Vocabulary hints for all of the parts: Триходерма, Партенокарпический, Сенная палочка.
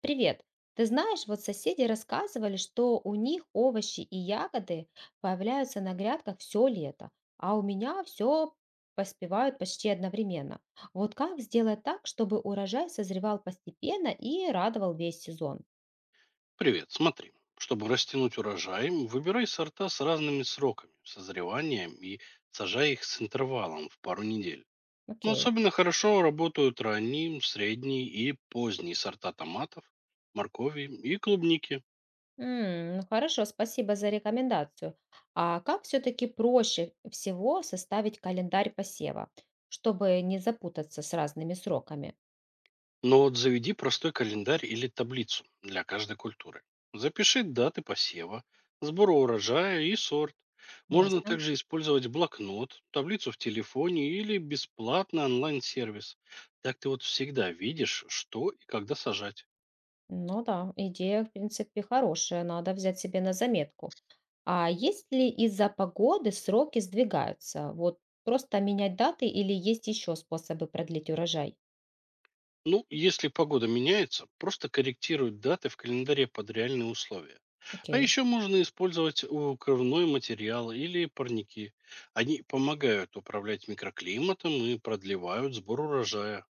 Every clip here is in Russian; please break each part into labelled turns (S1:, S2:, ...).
S1: Привет. Ты знаешь, вот соседи рассказывали, что у них овощи и ягоды появляются на грядках все лето, а у меня все поспевают почти одновременно. Вот как сделать так, чтобы урожай созревал постепенно и радовал весь сезон?
S2: Привет, смотри. Чтобы растянуть урожай, выбирай сорта с разными сроками созревания и сажай их с интервалом в пару недель. Но
S1: Окей.
S2: особенно хорошо работают ранние, средние и поздние сорта томатов, моркови и клубники.
S1: Ну хорошо, спасибо за рекомендацию. А как все-таки проще всего составить календарь посева, чтобы не запутаться с разными сроками?
S2: Но вот заведи простой календарь или таблицу для каждой культуры. Запиши даты посева, сбора урожая и сорт. Можно
S1: Ясно.
S2: также использовать блокнот, таблицу в телефоне или бесплатный онлайн-сервис. Так ты вот всегда видишь, что и когда сажать.
S1: Ну да, идея, в принципе, хорошая, надо взять себе на заметку. А если из-за погоды сроки сдвигаются? Вот просто менять даты или есть еще способы продлить урожай?
S2: Ну, если погода меняется, просто корректируют даты в календаре под реальные условия. А
S1: Окей.
S2: еще можно использовать укрывной материал или парники. Они помогают управлять микроклиматом и продлевают сбор урожая.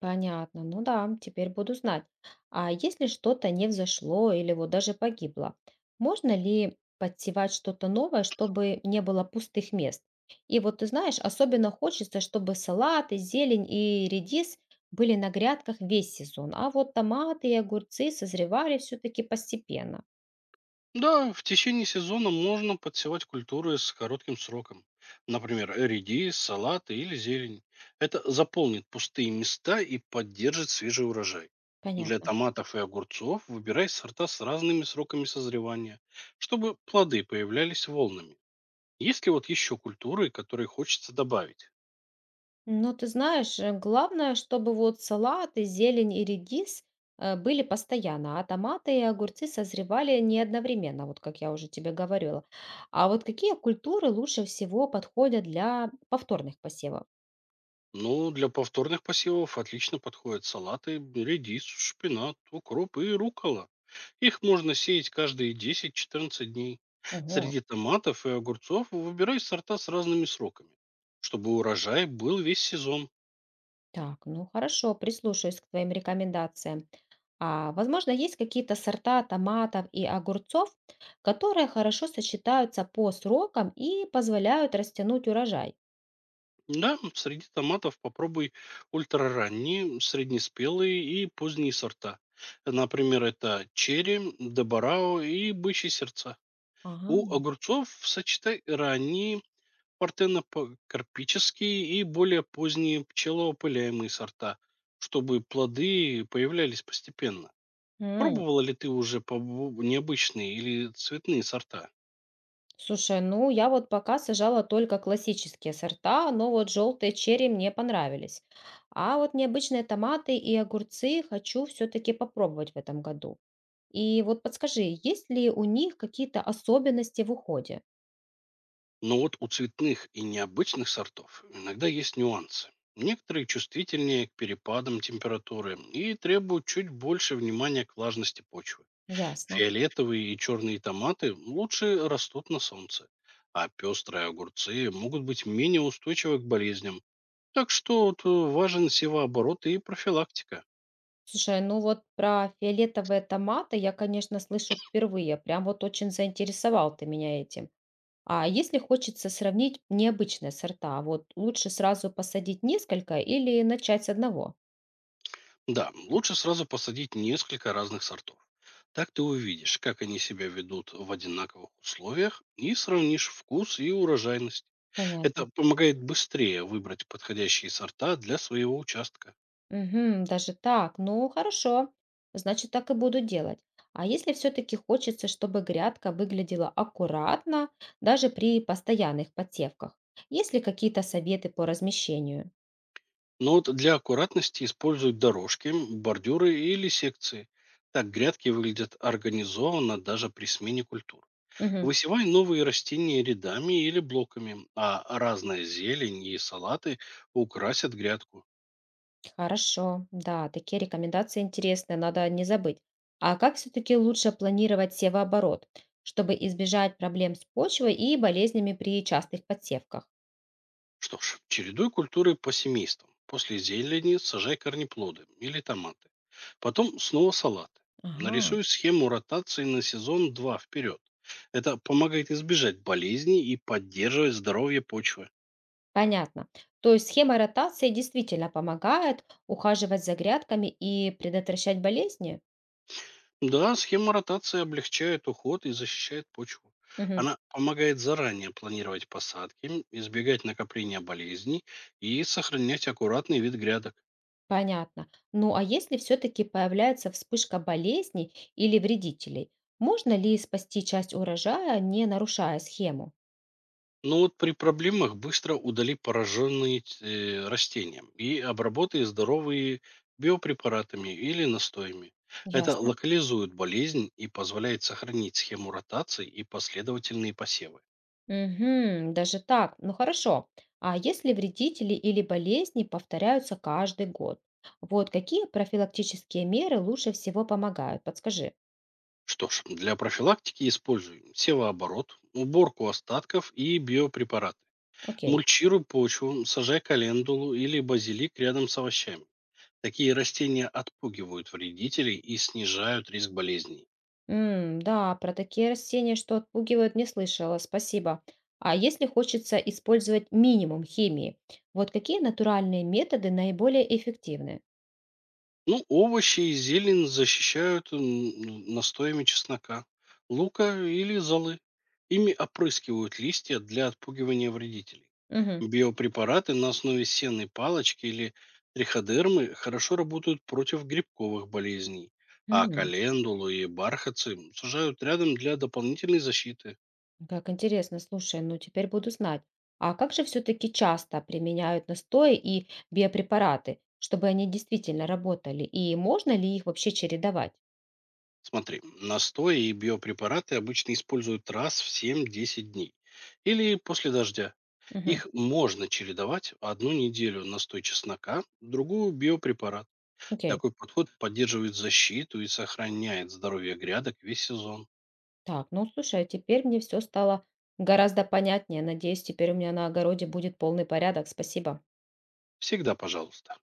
S1: Понятно, ну да, теперь буду знать. А если что-то не взошло или вот даже погибло, можно ли подсевать что-то новое, чтобы не было пустых мест? И вот ты знаешь, особенно хочется, чтобы салаты, зелень и редис были на грядках весь сезон, а вот томаты и огурцы созревали все-таки постепенно.
S2: Да, в течение сезона можно подсевать культуры с коротким сроком. Например, редис, салаты или зелень. Это заполнит пустые места и поддержит свежий урожай. Для
S1: Понятно.
S2: томатов и огурцов выбирай сорта с разными сроками созревания, чтобы плоды появлялись волнами. Есть ли вот еще культуры, которые хочется добавить?
S1: Ну, ты знаешь, главное, чтобы вот салаты, зелень и редис были постоянно, а томаты и огурцы созревали не одновременно, вот как я уже тебе говорила. А вот какие культуры лучше всего подходят для повторных посевов?
S2: Ну, для повторных посевов отлично подходят салаты, редис, шпинат, укроп и рукола. Их можно сеять каждые 10-14 дней.
S1: Ого,
S2: Среди томатов и огурцов выбирай сорта с разными сроками, чтобы урожай был весь сезон.
S1: так, ну хорошо, прислушаюсь к твоим рекомендациям. А возможно, есть какие-то сорта томатов и огурцов, которые хорошо сочетаются по срокам и позволяют растянуть урожай?
S2: Да, среди томатов попробуй ультраранние, среднеспелые и поздние сорта. Например, это черри, добарао и бычьи сердца. У
S1: Ага.
S2: огурцов сочетай ранние, партенопокарпические и более поздние пчелоопыляемые сорта, чтобы плоды появлялись постепенно.
S1: М.
S2: Пробовала ли ты уже необычные или цветные сорта?
S1: Слушай, ну я вот пока сажала только классические сорта, но вот желтые черри мне понравились. А вот необычные томаты и огурцы хочу все-таки попробовать в этом году. И вот подскажи, есть ли у них какие-то особенности в уходе?
S2: Но вот у цветных и необычных сортов иногда есть нюансы. Некоторые чувствительнее к перепадам температуры и требуют чуть больше внимания к влажности почвы.
S1: Ясно.
S2: Фиолетовые и черные томаты лучше растут на солнце, а пестрые огурцы могут быть менее устойчивы к болезням. Так что тут важен севооборот и профилактика.
S1: Слушай, ну вот про фиолетовые томаты я, конечно, слышу впервые. Прям вот очень заинтересовал ты меня этим. А если хочется сравнить необычные сорта, вот лучше сразу посадить несколько или начать с одного?
S2: Да, лучше сразу посадить несколько разных сортов. Так ты увидишь, как они себя ведут в одинаковых условиях и сравнишь вкус и урожайность. Это
S1: Понятно.
S2: помогает быстрее выбрать подходящие сорта для своего участка.
S1: Мгм. Даже так. Ну, хорошо. Значит, так и буду делать. А если все-таки хочется, чтобы грядка выглядела аккуратно, даже при постоянных подсевках? Есть ли какие-то советы по размещению?
S2: Но вот для аккуратности используют дорожки, бордюры или секции. Так грядки выглядят организованно даже при смене культур.
S1: Мгм.
S2: Высевай новые растения рядами или блоками, а разная зелень и салаты украсят грядку.
S1: Хорошо. Да, такие рекомендации интересные, надо не забыть. А как все-таки лучше планировать севооборот, чтобы избежать проблем с почвой и болезнями при частых подсевках?
S2: Что ж, чередуй культуры по семействам. После зелени сажай корнеплоды или томаты. Потом снова салаты.
S1: Ага.
S2: Нарисуй схему ротации на сезон 2 вперед. Это помогает избежать болезней и поддерживать здоровье почвы.
S1: Понятно. То есть схема ротации действительно помогает ухаживать за грядками и предотвращать болезни?
S2: Да, схема ротации облегчает уход и защищает почву.
S1: Мгм.
S2: Она помогает заранее планировать посадки, избегать накопления болезней и сохранять аккуратный вид грядок.
S1: Понятно. Ну а если все-таки появляется вспышка болезней или вредителей, можно ли спасти часть урожая, не нарушая схему?
S2: Но вот при проблемах быстро удали пораженные растения и обработай здоровые биопрепаратами или настоями. Это
S1: Ясно.
S2: локализует болезнь и позволяет сохранить схему ротации и последовательные посевы.
S1: Угу, даже так. Ну хорошо. А если вредители или болезни повторяются каждый год? Вот какие профилактические меры лучше всего помогают? Подскажи.
S2: Что ж, для профилактики используй севооборот, уборку остатков и биопрепараты.
S1: Окей.
S2: Мульчируй почву, сажай календулу или базилик рядом с овощами. Такие растения отпугивают вредителей и снижают риск болезней.
S1: Да, про такие растения, что отпугивают, не слышала, спасибо. А если хочется использовать минимум химии, вот какие натуральные методы наиболее эффективны?
S2: Ну, овощи и зелень защищают настоями чеснока, лука или золы. Ими опрыскивают листья для отпугивания вредителей.
S1: Мгм.
S2: Биопрепараты на основе сенной палочки или триходермы хорошо работают против грибковых болезней, а
S1: М,
S2: календулу и бархатцы сажают рядом для дополнительной защиты.
S1: Как интересно, слушай, ну теперь буду знать. А как же все-таки часто применяют настои и биопрепараты, чтобы они действительно работали? И можно ли их вообще чередовать?
S2: Смотри, настои и биопрепараты обычно используют раз в 7-10 дней или после дождя.
S1: Мгм.
S2: Их можно чередовать: одну неделю настой чеснока, другую биопрепарат.
S1: Окей.
S2: Такой подход поддерживает защиту и сохраняет здоровье грядок весь сезон.
S1: Так, ну слушай, а теперь мне все стало гораздо понятнее. Надеюсь, теперь у меня на огороде будет полный порядок. Спасибо.
S2: Всегда пожалуйста.